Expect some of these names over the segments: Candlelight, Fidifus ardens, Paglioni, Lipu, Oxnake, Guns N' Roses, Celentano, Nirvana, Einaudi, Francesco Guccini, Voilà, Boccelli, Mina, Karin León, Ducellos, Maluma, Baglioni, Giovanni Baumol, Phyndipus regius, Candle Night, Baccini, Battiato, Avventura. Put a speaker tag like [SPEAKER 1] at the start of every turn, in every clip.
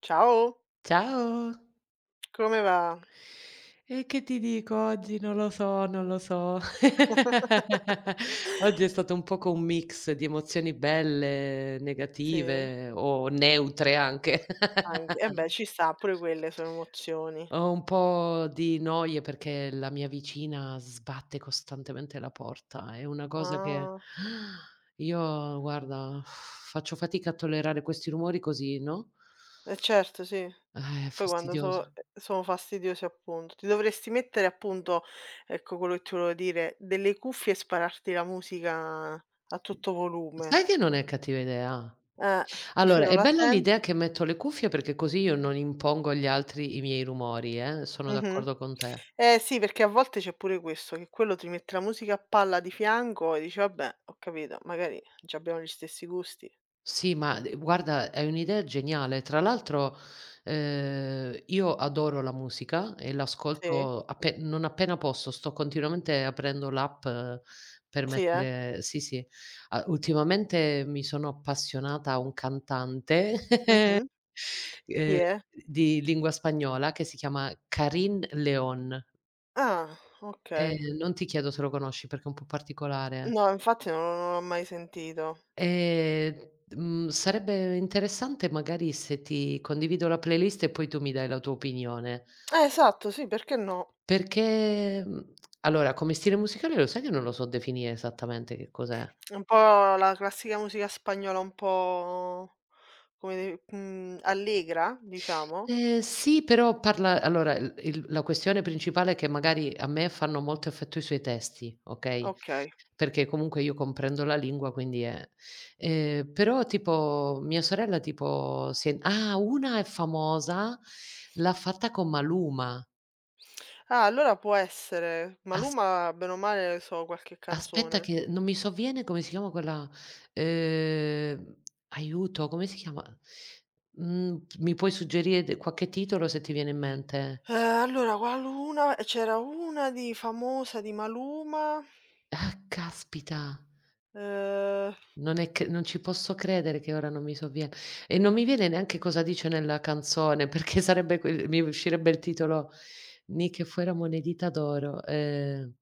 [SPEAKER 1] Ciao,
[SPEAKER 2] Ciao.
[SPEAKER 1] come va?
[SPEAKER 2] E che ti dico oggi? Non lo so, non lo so. Oggi è stato un poco un mix di emozioni belle,
[SPEAKER 1] Sì,
[SPEAKER 2] negative o neutre anche.
[SPEAKER 1] anche beh, ci sta, pure quelle sono emozioni.
[SPEAKER 2] Ho un po' di noie perché la mia vicina sbatte costantemente la porta. È una cosa che
[SPEAKER 1] Ah,
[SPEAKER 2] io guarda, faccio fatica a tollerare questi rumori così, no,
[SPEAKER 1] eh certo, sì.
[SPEAKER 2] è
[SPEAKER 1] Poi quando so
[SPEAKER 2] fastidioso.
[SPEAKER 1] sono fastidiosi appunto. Ti dovresti mettere appunto, ecco quello che ti volevo dire, delle cuffie e spararti la musica a tutto volume.
[SPEAKER 2] Sai che non è cattiva idea?
[SPEAKER 1] Eh, così
[SPEAKER 2] Allora,
[SPEAKER 1] non
[SPEAKER 2] è
[SPEAKER 1] la
[SPEAKER 2] bella l'idea
[SPEAKER 1] senti.
[SPEAKER 2] che metto le cuffie perché così io non impongo agli altri i miei rumori, sono
[SPEAKER 1] Mh-mh.
[SPEAKER 2] d'accordo con te.
[SPEAKER 1] Eh sì, perché a volte c'è pure questo, che quello ti mette la musica a palla di fianco e dici: "Vabbè, ho capito, magari c'abbiamo gli stessi gusti."
[SPEAKER 2] Sì, ma d guarda, è un'idea geniale. Tra l'altro, io adoro la musica e
[SPEAKER 1] Sì?
[SPEAKER 2] l'ascolto appe non appena posso, sto continuamente aprendo l'app per
[SPEAKER 1] Sì, eh?
[SPEAKER 2] mettere sì, sì. A Ultimamente mi sono appassionata a un cantante,
[SPEAKER 1] Mh-mh. Chi
[SPEAKER 2] ehm,
[SPEAKER 1] è?
[SPEAKER 2] di lingua spagnola che si chiama Karin León.
[SPEAKER 1] Ah, okay.
[SPEAKER 2] Non ti chiedo se lo conosci perché è un po' particolare.
[SPEAKER 1] No, infatti non l'ho mai sentito.
[SPEAKER 2] Ehm, Sarebbe interessante magari se ti condivido la playlist e poi tu mi dai la tua opinione,
[SPEAKER 1] Esatto, sì, perché no.
[SPEAKER 2] perché, mhmm, allora come stile musicale lo sai che non lo so definire esattamente che cos'è.
[SPEAKER 1] È un po' la classica musica spagnola un po' come de allegra, diciamo?
[SPEAKER 2] Sì, però parla allora il la questione principale è che magari a me fanno molto effetto i suoi testi, okay,
[SPEAKER 1] Okay.
[SPEAKER 2] perché comunque io comprendo la lingua quindi è però tipo mia sorella tipo si è ah, una è famosa, l'ha fatta con Maluma.
[SPEAKER 1] Ah, allora può essere.
[SPEAKER 2] As
[SPEAKER 1] Maluma bene o male so qualche
[SPEAKER 2] Aspetta
[SPEAKER 1] canzone.
[SPEAKER 2] che non mi sovviene come si chiama quella ehm, aiuto, come si chiama? Mi puoi suggerire de qualche titolo se ti viene in mente?
[SPEAKER 1] Ehm, allora qual una c'era una di famosa di Maluma,
[SPEAKER 2] Ah, caspita.
[SPEAKER 1] ehm,
[SPEAKER 2] Non è c non ci posso credere che ora non mi sovvie e non mi viene neanche cosa dice nella canzone, perché sarebbe quel mi uscirebbe il titolo "Ni que fuéramos monedita d'oro",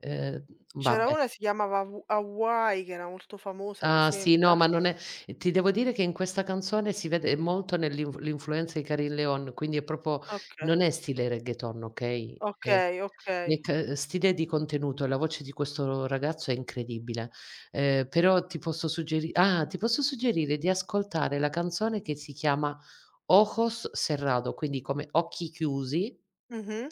[SPEAKER 2] ehm,
[SPEAKER 1] c'era
[SPEAKER 2] vabbè.
[SPEAKER 1] una si chiamava Hawaii che era molto famosa, mi
[SPEAKER 2] Ah sì, no,
[SPEAKER 1] sembra.
[SPEAKER 2] ma non è ti devo dire che in questa canzone si vede molto nell'inf l'influenza di Karin Leon, quindi è proprio non
[SPEAKER 1] Okay.
[SPEAKER 2] è stile reggaeton, okay,
[SPEAKER 1] Okay,
[SPEAKER 2] è
[SPEAKER 1] okay.
[SPEAKER 2] c stile di contenuto. La voce di questo ragazzo è incredibile. Però ti posso suggeri ah, ti posso suggerire di ascoltare la canzone che si chiama Ojos cerrado, quindi come "Occhi chiusi".
[SPEAKER 1] Mh-mh.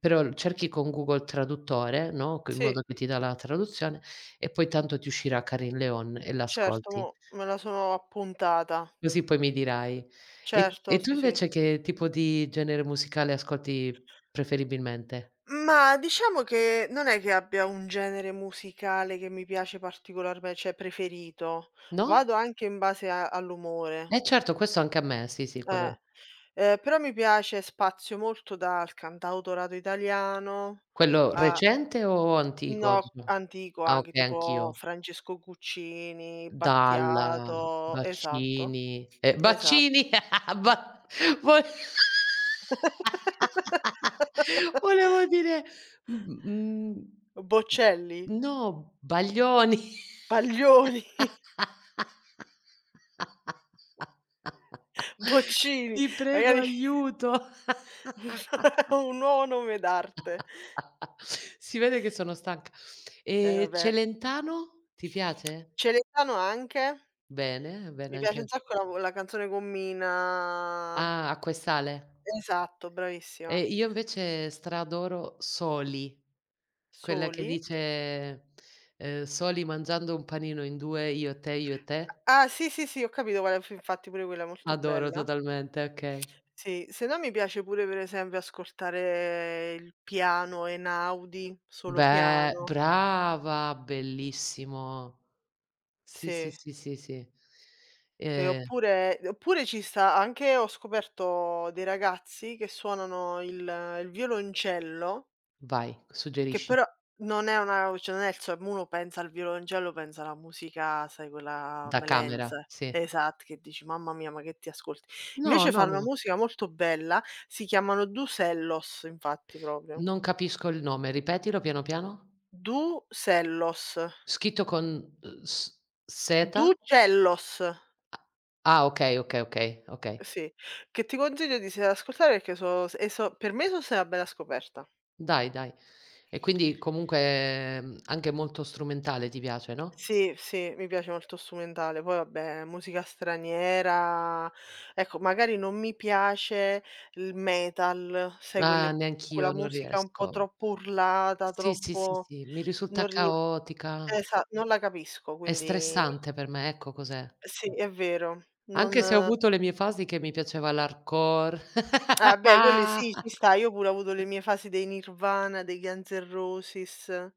[SPEAKER 2] Però cerchi con Google Traduttore, no, co in
[SPEAKER 1] Sì,
[SPEAKER 2] modo che ti dà la traduzione e poi tanto ti uscirà Carin Leon e
[SPEAKER 1] certo,
[SPEAKER 2] l'ascolti.
[SPEAKER 1] mo me la sono appuntata.
[SPEAKER 2] Così poi mi dirai. E
[SPEAKER 1] Certo,
[SPEAKER 2] e tu
[SPEAKER 1] sì, sì.
[SPEAKER 2] invece che tipo di genere musicale ascolti preferibilmente?
[SPEAKER 1] Ma diciamo che non è che abbia un genere musicale che mi piace particolarme cioè preferito.
[SPEAKER 2] No?
[SPEAKER 1] Vado anche in base a all'umore.
[SPEAKER 2] Eh certo, questo anche a me, sì, sì, quello
[SPEAKER 1] Eh. Però mi piace spazio molto dal cantautorato italiano
[SPEAKER 2] quello
[SPEAKER 1] a
[SPEAKER 2] recente o antico,
[SPEAKER 1] no,
[SPEAKER 2] diciamo?
[SPEAKER 1] antico
[SPEAKER 2] Ah
[SPEAKER 1] anche,
[SPEAKER 2] okay,
[SPEAKER 1] tipo
[SPEAKER 2] anch'io.
[SPEAKER 1] Francesco Guccini,
[SPEAKER 2] Dalla,
[SPEAKER 1] Battiato esatto,
[SPEAKER 2] Baccini, Baccini
[SPEAKER 1] esatto.
[SPEAKER 2] ba vo volevo dire, mhmm, mhmm
[SPEAKER 1] Boccelli,
[SPEAKER 2] no, Baglioni.
[SPEAKER 1] Paglioni, Boccini,
[SPEAKER 2] Ti prego
[SPEAKER 1] magari
[SPEAKER 2] aiuto.
[SPEAKER 1] un nuovo nome d'arte.
[SPEAKER 2] Si vede che sono stanca.
[SPEAKER 1] Eh
[SPEAKER 2] E
[SPEAKER 1] vabbè.
[SPEAKER 2] Celentano ti piace?
[SPEAKER 1] Celentano anche.
[SPEAKER 2] Bene,
[SPEAKER 1] Mi
[SPEAKER 2] bene
[SPEAKER 1] piace un
[SPEAKER 2] anche
[SPEAKER 1] sacco la vo la canzone con Mina.
[SPEAKER 2] ah, acqua e sale?
[SPEAKER 1] Esatto,
[SPEAKER 2] E
[SPEAKER 1] bravissima.
[SPEAKER 2] io invece stra-adoro Soli, quella che
[SPEAKER 1] Soli.
[SPEAKER 2] dice, "Soli mangiando un panino in 2, io e te, io e te".
[SPEAKER 1] Ah sì, sì, sì, ho capito qual è f infatti pure quella è molto
[SPEAKER 2] Adoro
[SPEAKER 1] bella.
[SPEAKER 2] totalmente, okay.
[SPEAKER 1] Sì, se no mi piace pure per esempio ascoltare il piano Einaudi, solo
[SPEAKER 2] Beh,
[SPEAKER 1] piano.
[SPEAKER 2] brava, bellissimo. Sì, sì,
[SPEAKER 1] Sì.
[SPEAKER 2] sì, sì, sì.
[SPEAKER 1] Che
[SPEAKER 2] Ehm,
[SPEAKER 1] oppure oppure ci sta anche ho scoperto dei ragazzi che suonano il violoncello,
[SPEAKER 2] Vai,
[SPEAKER 1] che
[SPEAKER 2] suggerisci.
[SPEAKER 1] però non è una cioè non è il suo uno pensa al violoncello, pensa alla musica, sai quella
[SPEAKER 2] Da camera,
[SPEAKER 1] melense.
[SPEAKER 2] sì.
[SPEAKER 1] Esatto, che dici: "Mamma mia, ma che ti ascolti".
[SPEAKER 2] No,
[SPEAKER 1] Invece
[SPEAKER 2] no,
[SPEAKER 1] fanno una
[SPEAKER 2] no,
[SPEAKER 1] musica molto bella, si chiamano Ducellos infatti proprio.
[SPEAKER 2] non capisco il nome, ripetilo piano piano.
[SPEAKER 1] Ducellos,
[SPEAKER 2] Scritto con, s seta?
[SPEAKER 1] Ducellos,
[SPEAKER 2] A Ah, okay, okay, okay, okay.
[SPEAKER 1] sì, che ti consiglio di se ascoltare perché so e so per me so state una bella scoperta.
[SPEAKER 2] Dai, dai. E quindi comunque, anche molto strumentale ti piace, no?
[SPEAKER 1] Sì, sì, mi piace molto strumentale. Poi vabbè, musica straniera ecco, magari non mi piace il metal, sai
[SPEAKER 2] Ah,
[SPEAKER 1] quelle
[SPEAKER 2] neanch'io
[SPEAKER 1] quella
[SPEAKER 2] non
[SPEAKER 1] musica un po'
[SPEAKER 2] riesco.
[SPEAKER 1] troppo urlata,
[SPEAKER 2] Sì, sì, sì,
[SPEAKER 1] troppo
[SPEAKER 2] sì, mi risulta
[SPEAKER 1] non rie
[SPEAKER 2] caotica,
[SPEAKER 1] esa non la capisco,
[SPEAKER 2] è
[SPEAKER 1] quindi
[SPEAKER 2] stressante per me, ecco cos'è.
[SPEAKER 1] sì, è vero.
[SPEAKER 2] Anche se ho
[SPEAKER 1] Non
[SPEAKER 2] avuto le mie fasi che mi piaceva l'hardcore.
[SPEAKER 1] ah beh, quelli sì, ci sta. Io pure ho avuto le mie fasi dei Nirvana, dei Guns N' Roses,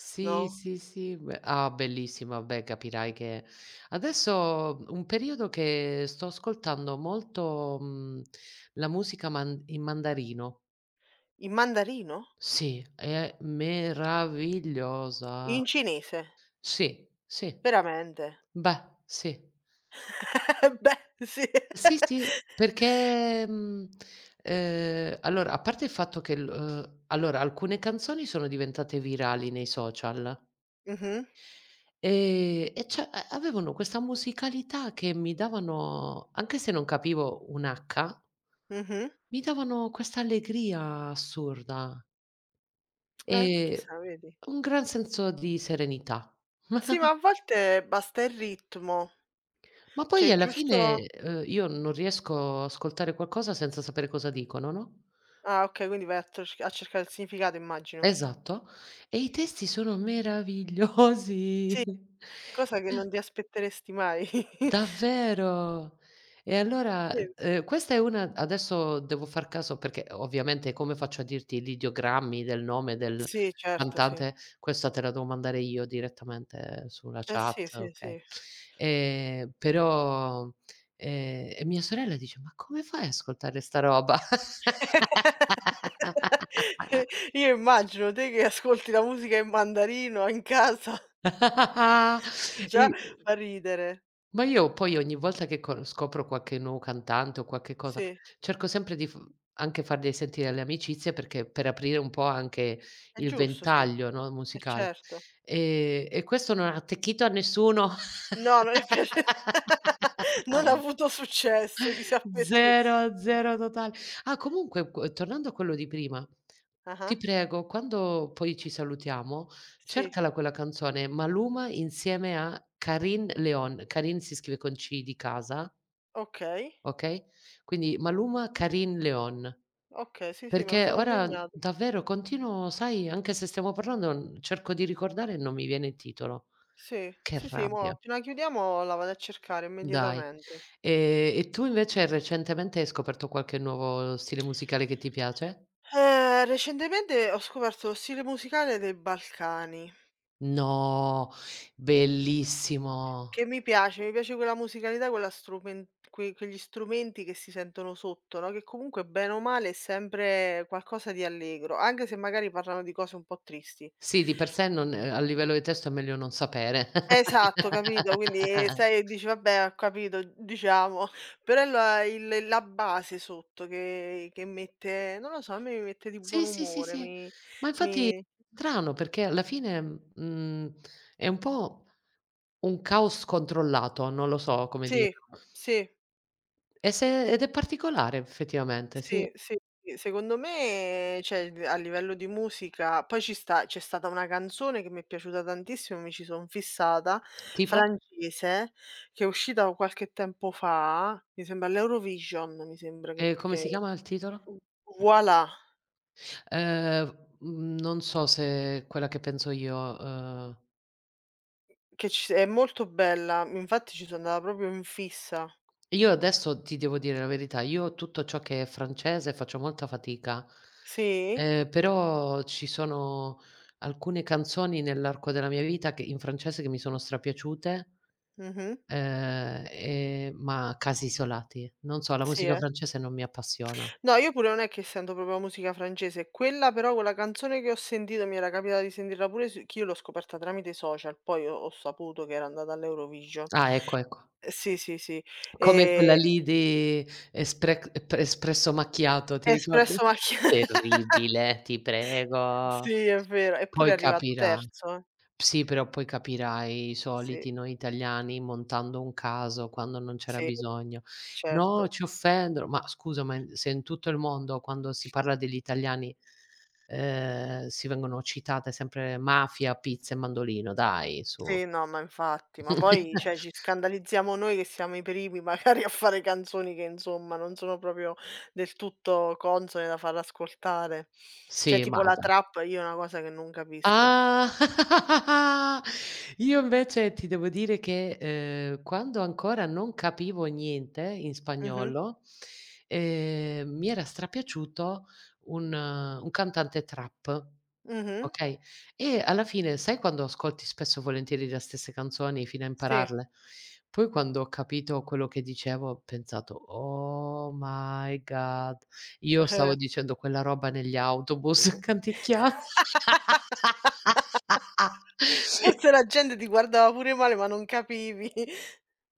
[SPEAKER 2] Sì,
[SPEAKER 1] no,
[SPEAKER 2] sì, sì, beh ah, bellissimo, vabbè capirai che adesso un periodo che sto ascoltando molto, la musica man in mandarino.
[SPEAKER 1] in mandarino?
[SPEAKER 2] Sì, è meravigliosa.
[SPEAKER 1] In cinese?
[SPEAKER 2] Sì, sì,
[SPEAKER 1] Veramente?
[SPEAKER 2] beh, sì.
[SPEAKER 1] Eh beh, sì.
[SPEAKER 2] Sì, sì, allora, a parte il fatto che l allora alcune canzoni sono diventate virali nei social,
[SPEAKER 1] Mh-mh,
[SPEAKER 2] e cioè a avevano questa musicalità che mi davano anche se non capivo un H,
[SPEAKER 1] mh-mh.
[SPEAKER 2] mi davano questa allegria assurda
[SPEAKER 1] Ma
[SPEAKER 2] e
[SPEAKER 1] chissà, vedi.
[SPEAKER 2] un gran senso di serenità.
[SPEAKER 1] Sì, ma a volte basta il ritmo,
[SPEAKER 2] Ma
[SPEAKER 1] cioè
[SPEAKER 2] poi
[SPEAKER 1] il
[SPEAKER 2] alla
[SPEAKER 1] giusto
[SPEAKER 2] fine, io non riesco a ascoltare qualcosa senza sapere cosa dicono, no?
[SPEAKER 1] ah, okay, quindi vai a tos a cercare il significato, immagino.
[SPEAKER 2] Esatto. E i testi sono
[SPEAKER 1] Sì,
[SPEAKER 2] meravigliosi.
[SPEAKER 1] cosa che non ti aspetteresti mai. Sì.
[SPEAKER 2] Davvero? E allora, questa è una adesso devo far caso perché ovviamente come faccio a dirti gli ideogrammi del nome del
[SPEAKER 1] Sì, certo, sì.
[SPEAKER 2] cantante, questa te la devo mandare io direttamente sulla
[SPEAKER 1] Sì,
[SPEAKER 2] chat,
[SPEAKER 1] sì,
[SPEAKER 2] okay.
[SPEAKER 1] sì.
[SPEAKER 2] Però e mia sorella dice: "Ma come fai a ascoltare sta roba?"
[SPEAKER 1] Io immagino te che ascolti la musica in mandarino in casa,
[SPEAKER 2] E
[SPEAKER 1] già fa ridere.
[SPEAKER 2] Ma io poi ogni volta che co scopro qualche nuovo cantante o qualche cosa,
[SPEAKER 1] Sì,
[SPEAKER 2] cerco sempre di f anche farli sentire alle amicizie perché per aprire un po' anche
[SPEAKER 1] è
[SPEAKER 2] il
[SPEAKER 1] giusto, sì,
[SPEAKER 2] ventaglio,
[SPEAKER 1] eh
[SPEAKER 2] no, musicale.
[SPEAKER 1] certo.
[SPEAKER 2] E questo non ha attecchito a nessuno.
[SPEAKER 1] No, non è piaciuta. Non ha avuto successo, chissà perché.
[SPEAKER 2] Zero, zero totale. Ah, comunque q tornando a quello di prima, ti
[SPEAKER 1] Ah-ah,
[SPEAKER 2] prego quando poi ci salutiamo,
[SPEAKER 1] sì,
[SPEAKER 2] cercala quella canzone Maluma insieme a Carin Leon. Carin si scrive con C di casa.
[SPEAKER 1] okay,
[SPEAKER 2] Okay? Quindi Maluma, Carin Leon.
[SPEAKER 1] okay, sì, sì, me lo
[SPEAKER 2] Perché
[SPEAKER 1] sono
[SPEAKER 2] ora
[SPEAKER 1] segnato.
[SPEAKER 2] davvero continuo sai, anche se stiamo parlando, n cerco di ricordare e non mi viene il titolo.
[SPEAKER 1] Sì,
[SPEAKER 2] Che
[SPEAKER 1] sì, sì, mo'
[SPEAKER 2] rabbia,
[SPEAKER 1] appena chiudiamo la vado a cercare
[SPEAKER 2] dai.
[SPEAKER 1] immediatamente.
[SPEAKER 2] E tu invece recentemente hai scoperto qualche nuovo stile musicale che ti piace?
[SPEAKER 1] Recentemente ho scoperto lo stile musicale dei Balcani,
[SPEAKER 2] No, bellissimo.
[SPEAKER 1] che mi piace quella musicalità, quella strumen que quegli strumenti che si sentono sotto, no, che comunque bene o male è sempre qualcosa di allegro, anche se magari parlano di cose un po' tristi.
[SPEAKER 2] Sì, di per sé non a livello di testo è meglio non sapere.
[SPEAKER 1] Esatto, capito? Quindi sai dici: "Vabbè, ho capito, diciamo". Però la il la base sotto che mette non lo so, a me mi mette di buon
[SPEAKER 2] Sì, sì, sì,
[SPEAKER 1] umore,
[SPEAKER 2] sì.
[SPEAKER 1] mi
[SPEAKER 2] Ma infatti
[SPEAKER 1] mi
[SPEAKER 2] strano perché alla fine, mhmm, è un po' un caos scontrollato, non lo so come
[SPEAKER 1] sì,
[SPEAKER 2] dirlo.
[SPEAKER 1] sì,
[SPEAKER 2] E se ed è particolare effettivamente, sì.
[SPEAKER 1] sì, sì, sì. Secondo me, cioè, d a livello di musica poi ci sta c'è stata una canzone che mi è piaciuta tantissimo, mi ci son fissata,
[SPEAKER 2] Tipo?
[SPEAKER 1] francese, che è uscita qualche tempo fa, mi sembra all'Eurovision, mi sembra che
[SPEAKER 2] Come si
[SPEAKER 1] che
[SPEAKER 2] chiama il titolo?
[SPEAKER 1] Voilà.
[SPEAKER 2] Mhmm, non so se quella che penso
[SPEAKER 1] Che ci è molto bella, infatti ci so' andata proprio in fissa.
[SPEAKER 2] io adesso ti devo dire la verità, io tutto ciò che è francese faccio molta fatica,
[SPEAKER 1] Sì?
[SPEAKER 2] però ci sono alcune canzoni nell'arco della mia vita che in francese che mi sono strapiaciute,
[SPEAKER 1] Mh-mh.
[SPEAKER 2] ma casi isolati. Non so, la
[SPEAKER 1] Sì,
[SPEAKER 2] musica
[SPEAKER 1] eh.
[SPEAKER 2] francese non mi appassiona.
[SPEAKER 1] No, io pure non è che sento proprio musica francese, quella però quella canzone che ho sentito mi era capitata di sentirla pure su che io l'ho scoperta tramite i social, poi ho saputo che era andata all'Eurovision.
[SPEAKER 2] Ah, ecco, ecco.
[SPEAKER 1] Sì, sì, sì.
[SPEAKER 2] Come quella
[SPEAKER 1] Ehm,
[SPEAKER 2] lì di Esprec p Espresso Macchiato, ti ricordi?
[SPEAKER 1] Espresso Macchina
[SPEAKER 2] Terribile, ti prego.
[SPEAKER 1] Sì, è vero, eppure è
[SPEAKER 2] Poi
[SPEAKER 1] arrivato
[SPEAKER 2] capirà.
[SPEAKER 1] terzo, eh.
[SPEAKER 2] Sì, però poi capirai, i
[SPEAKER 1] Sì,
[SPEAKER 2] soliti noi italiani montando un caso quando non c'era
[SPEAKER 1] sì,
[SPEAKER 2] bisogno. "No,
[SPEAKER 1] certo.
[SPEAKER 2] ci offendono", ma scusa, ma in se in tutto il mondo quando si parla degli italiani, si vengono citate sempre mafia, pizza e mandolino, dai su.
[SPEAKER 1] Sì, no, ma infatti, ma poi cioè ci scandalizziamo noi che siamo i primi magari a fare canzoni che insomma non sono proprio del tutto consone da far ascoltare. Cioè
[SPEAKER 2] Sì,
[SPEAKER 1] tipo
[SPEAKER 2] ma
[SPEAKER 1] la
[SPEAKER 2] da
[SPEAKER 1] trap io è una cosa che non capisco.
[SPEAKER 2] Ah! Io invece ti devo dire che, quando ancora non capivo niente in
[SPEAKER 1] Mh-mh,
[SPEAKER 2] spagnolo, mi era strapiaciuto un cantante trap.
[SPEAKER 1] mh-mh,
[SPEAKER 2] Okay. E alla fine sai quando ascolti spesso e volentieri le stesse canzoni fino a
[SPEAKER 1] sì,
[SPEAKER 2] impararle? Poi quando ho capito quello che dicevo ho pensato: "Oh my god, io
[SPEAKER 1] eh.
[SPEAKER 2] stavo dicendo quella roba negli autobus canticchia".
[SPEAKER 1] Forse la gente ti guardava pure male, ma non capivi.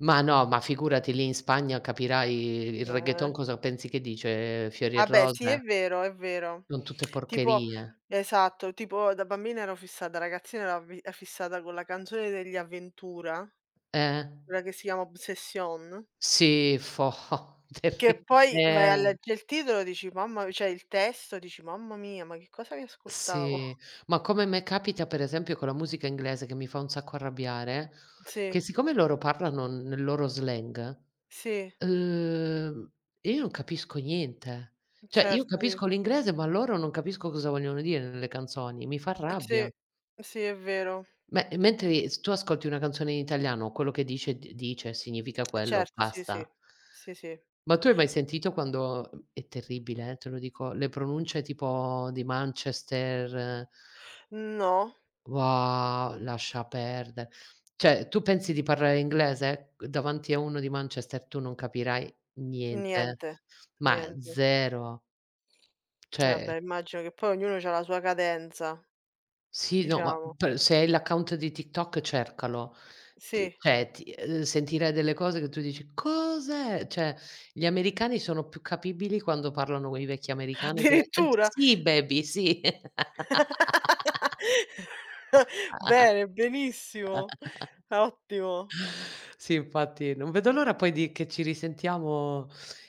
[SPEAKER 2] Ma no, ma figurati lì in Spagna capirai il
[SPEAKER 1] No, eh.
[SPEAKER 2] reggaeton cosa pensi che dice fiori e
[SPEAKER 1] Ah beh, sì è
[SPEAKER 2] rose?
[SPEAKER 1] vero, è vero.
[SPEAKER 2] Son tutte
[SPEAKER 1] Tipo
[SPEAKER 2] porcherie.
[SPEAKER 1] esatto, tipo da bambina ero fissata, ragazzina ero avvi fissata con la canzone degli Avventura,
[SPEAKER 2] Eh.
[SPEAKER 1] quella che si chiama "Obsession",
[SPEAKER 2] Sì,
[SPEAKER 1] che poi vai a
[SPEAKER 2] terribile.
[SPEAKER 1] leggere il titolo e dici: "Mamma" cioè il testo dici: "Mamma mia, ma che cosa mi ascoltavo?"
[SPEAKER 2] Sì, ma come me capita per esempio con la musica inglese che mi fa un sacco arrabbiare, che
[SPEAKER 1] Sì,
[SPEAKER 2] siccome loro parlano nel loro slang,
[SPEAKER 1] sì,
[SPEAKER 2] uhm, io non capisco niente. Cioè io
[SPEAKER 1] certo, sì.
[SPEAKER 2] capisco l'inglese, ma loro non capisco cosa vogliono dire nelle canzoni, mi fa rabbia.
[SPEAKER 1] Sì, sì è vero.
[SPEAKER 2] Me Mentre s tu ascolti una canzone in italiano, quello che dice d dice, significa quello,
[SPEAKER 1] Certo, sì, sì.
[SPEAKER 2] basta.
[SPEAKER 1] Sì, sì.
[SPEAKER 2] Ma tu hai mai sentito quando è terribile, te lo dico, le pronunce tipo di Manchester.
[SPEAKER 1] No,
[SPEAKER 2] Wow, lascia perde. Cioè, tu pensi di parlare inglese? Davanti a uno di Manchester tu non capirai niente,
[SPEAKER 1] niente,
[SPEAKER 2] ma
[SPEAKER 1] niente.
[SPEAKER 2] 0.
[SPEAKER 1] Eh
[SPEAKER 2] Cioè
[SPEAKER 1] beh, immagino che poi ognuno c'ha la sua cadenza.
[SPEAKER 2] sì, no, ma
[SPEAKER 1] Diciamo.
[SPEAKER 2] per se hai l'account di TikTok cercalo. T
[SPEAKER 1] Sì,
[SPEAKER 2] Cioè ti sentirai delle cose che tu dici: "Cos'è?" Cioè, gli americani sono più capibili quando parlano con i vecchi americani che
[SPEAKER 1] addirittura?
[SPEAKER 2] sì baby, sì.
[SPEAKER 1] Bene, benissimo, ottimo.
[SPEAKER 2] Sì, infatti non vedo l'ora poi di che ci risentiamo,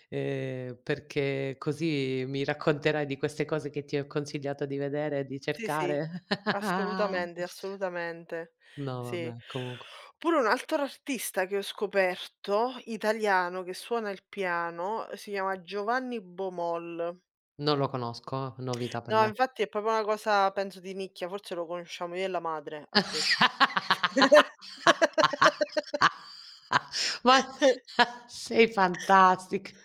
[SPEAKER 2] perché così mi racconterai di queste cose che ti ho consigliato di vedere e di
[SPEAKER 1] Sì, sì,
[SPEAKER 2] cercare.
[SPEAKER 1] assolutamente, assolutamente.
[SPEAKER 2] No,
[SPEAKER 1] Sì.
[SPEAKER 2] vabbè, comunque
[SPEAKER 1] Pure un altro artista che ho scoperto, italiano, che suona il piano, si chiama Giovanni Baumol.
[SPEAKER 2] non lo conosco, novità per
[SPEAKER 1] No,
[SPEAKER 2] me.
[SPEAKER 1] infatti è proprio una cosa penso di nicchia, forse lo conosciamo io e la madre a questo.
[SPEAKER 2] Ma sei fantastica.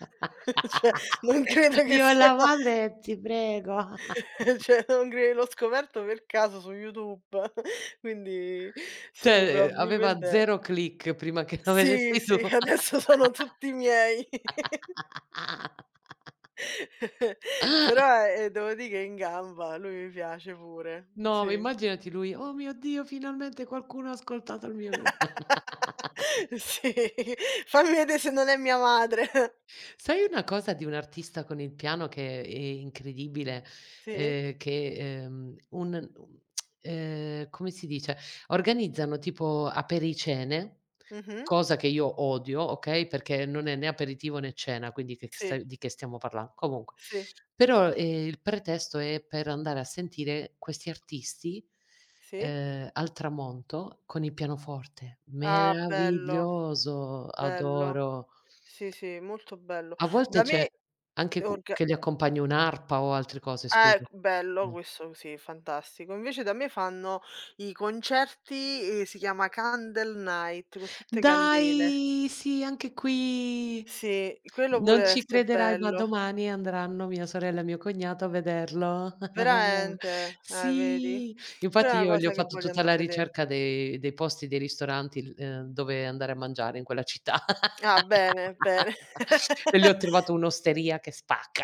[SPEAKER 1] Cioè, non credo che
[SPEAKER 2] Dio e
[SPEAKER 1] sia
[SPEAKER 2] la madre, ti prego.
[SPEAKER 1] Cioè non cre l'ho scoperto per caso su YouTube, quindi sì,
[SPEAKER 2] Cioè, aveva
[SPEAKER 1] probabilmente
[SPEAKER 2] 0 click prima che lo
[SPEAKER 1] sì,
[SPEAKER 2] vedessi tu.
[SPEAKER 1] sì, adesso sono tutti miei. Però, devo dì che è in gamba, lui mi piace pure,
[SPEAKER 2] No, ma
[SPEAKER 1] sì.
[SPEAKER 2] immaginati lui: "Oh mio Dio, finalmente qualcuno ha ascoltato il mio".
[SPEAKER 1] Sì, fammi vedè se non è mia madre.
[SPEAKER 2] Sai una cosa di un artista con il piano che è incredibile,
[SPEAKER 1] Sì,
[SPEAKER 2] che, un u come si dice, organizzano tipo apericene,
[SPEAKER 1] mh-mh,
[SPEAKER 2] cosa che io odio, okay, perché non è né aperitivo né cena, quindi che sta
[SPEAKER 1] sì,
[SPEAKER 2] di che stiamo parlan comunque.
[SPEAKER 1] sì,
[SPEAKER 2] Però, il pretesto è per andare a sentire questi artisti,
[SPEAKER 1] sì.
[SPEAKER 2] al tramonto con il pianoforte.
[SPEAKER 1] Ah bello,
[SPEAKER 2] Meraviglioso,
[SPEAKER 1] bello.
[SPEAKER 2] adoro.
[SPEAKER 1] Sì, sì, molto bello.
[SPEAKER 2] A volte
[SPEAKER 1] Da
[SPEAKER 2] c'è
[SPEAKER 1] me
[SPEAKER 2] anche cu
[SPEAKER 1] orga
[SPEAKER 2] che li accompagni un'arpa o altre cose, scusa?
[SPEAKER 1] Bello
[SPEAKER 2] No.
[SPEAKER 1] questo sì, fantastico. Invece da me fanno i concerti, si chiama Candle Night, con tutte candele.
[SPEAKER 2] Dai, sì, anche qui.
[SPEAKER 1] Sì, quello pure
[SPEAKER 2] Non
[SPEAKER 1] deve
[SPEAKER 2] ci
[SPEAKER 1] essè
[SPEAKER 2] crederai, ma
[SPEAKER 1] bello.
[SPEAKER 2] domani andranno mia sorella e mio cognato a vederlo.
[SPEAKER 1] Veramente? Vedi?
[SPEAKER 2] Sì,
[SPEAKER 1] Quella è
[SPEAKER 2] infatti
[SPEAKER 1] una
[SPEAKER 2] io gli ho
[SPEAKER 1] cosa che
[SPEAKER 2] fatto
[SPEAKER 1] voglio
[SPEAKER 2] tutta
[SPEAKER 1] andà a
[SPEAKER 2] la
[SPEAKER 1] vedè.
[SPEAKER 2] ricerca dei dei posti, dei ristoranti l dove andare a mangiare in quella città.
[SPEAKER 1] Ah, bene, bene.
[SPEAKER 2] E le ho trovato un'osteria che spacca.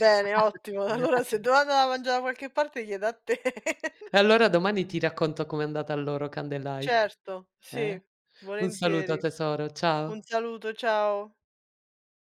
[SPEAKER 1] Bene, ottimo. Allora se devo andare a mangià da qualche parte chiedo a te.
[SPEAKER 2] E allora domani ti racconto com'è andata al loro Candlelight,
[SPEAKER 1] Certo, sì,
[SPEAKER 2] eh? Un saluto
[SPEAKER 1] volentieri.
[SPEAKER 2] tesoro,
[SPEAKER 1] Un
[SPEAKER 2] ciao.
[SPEAKER 1] saluto, ciao.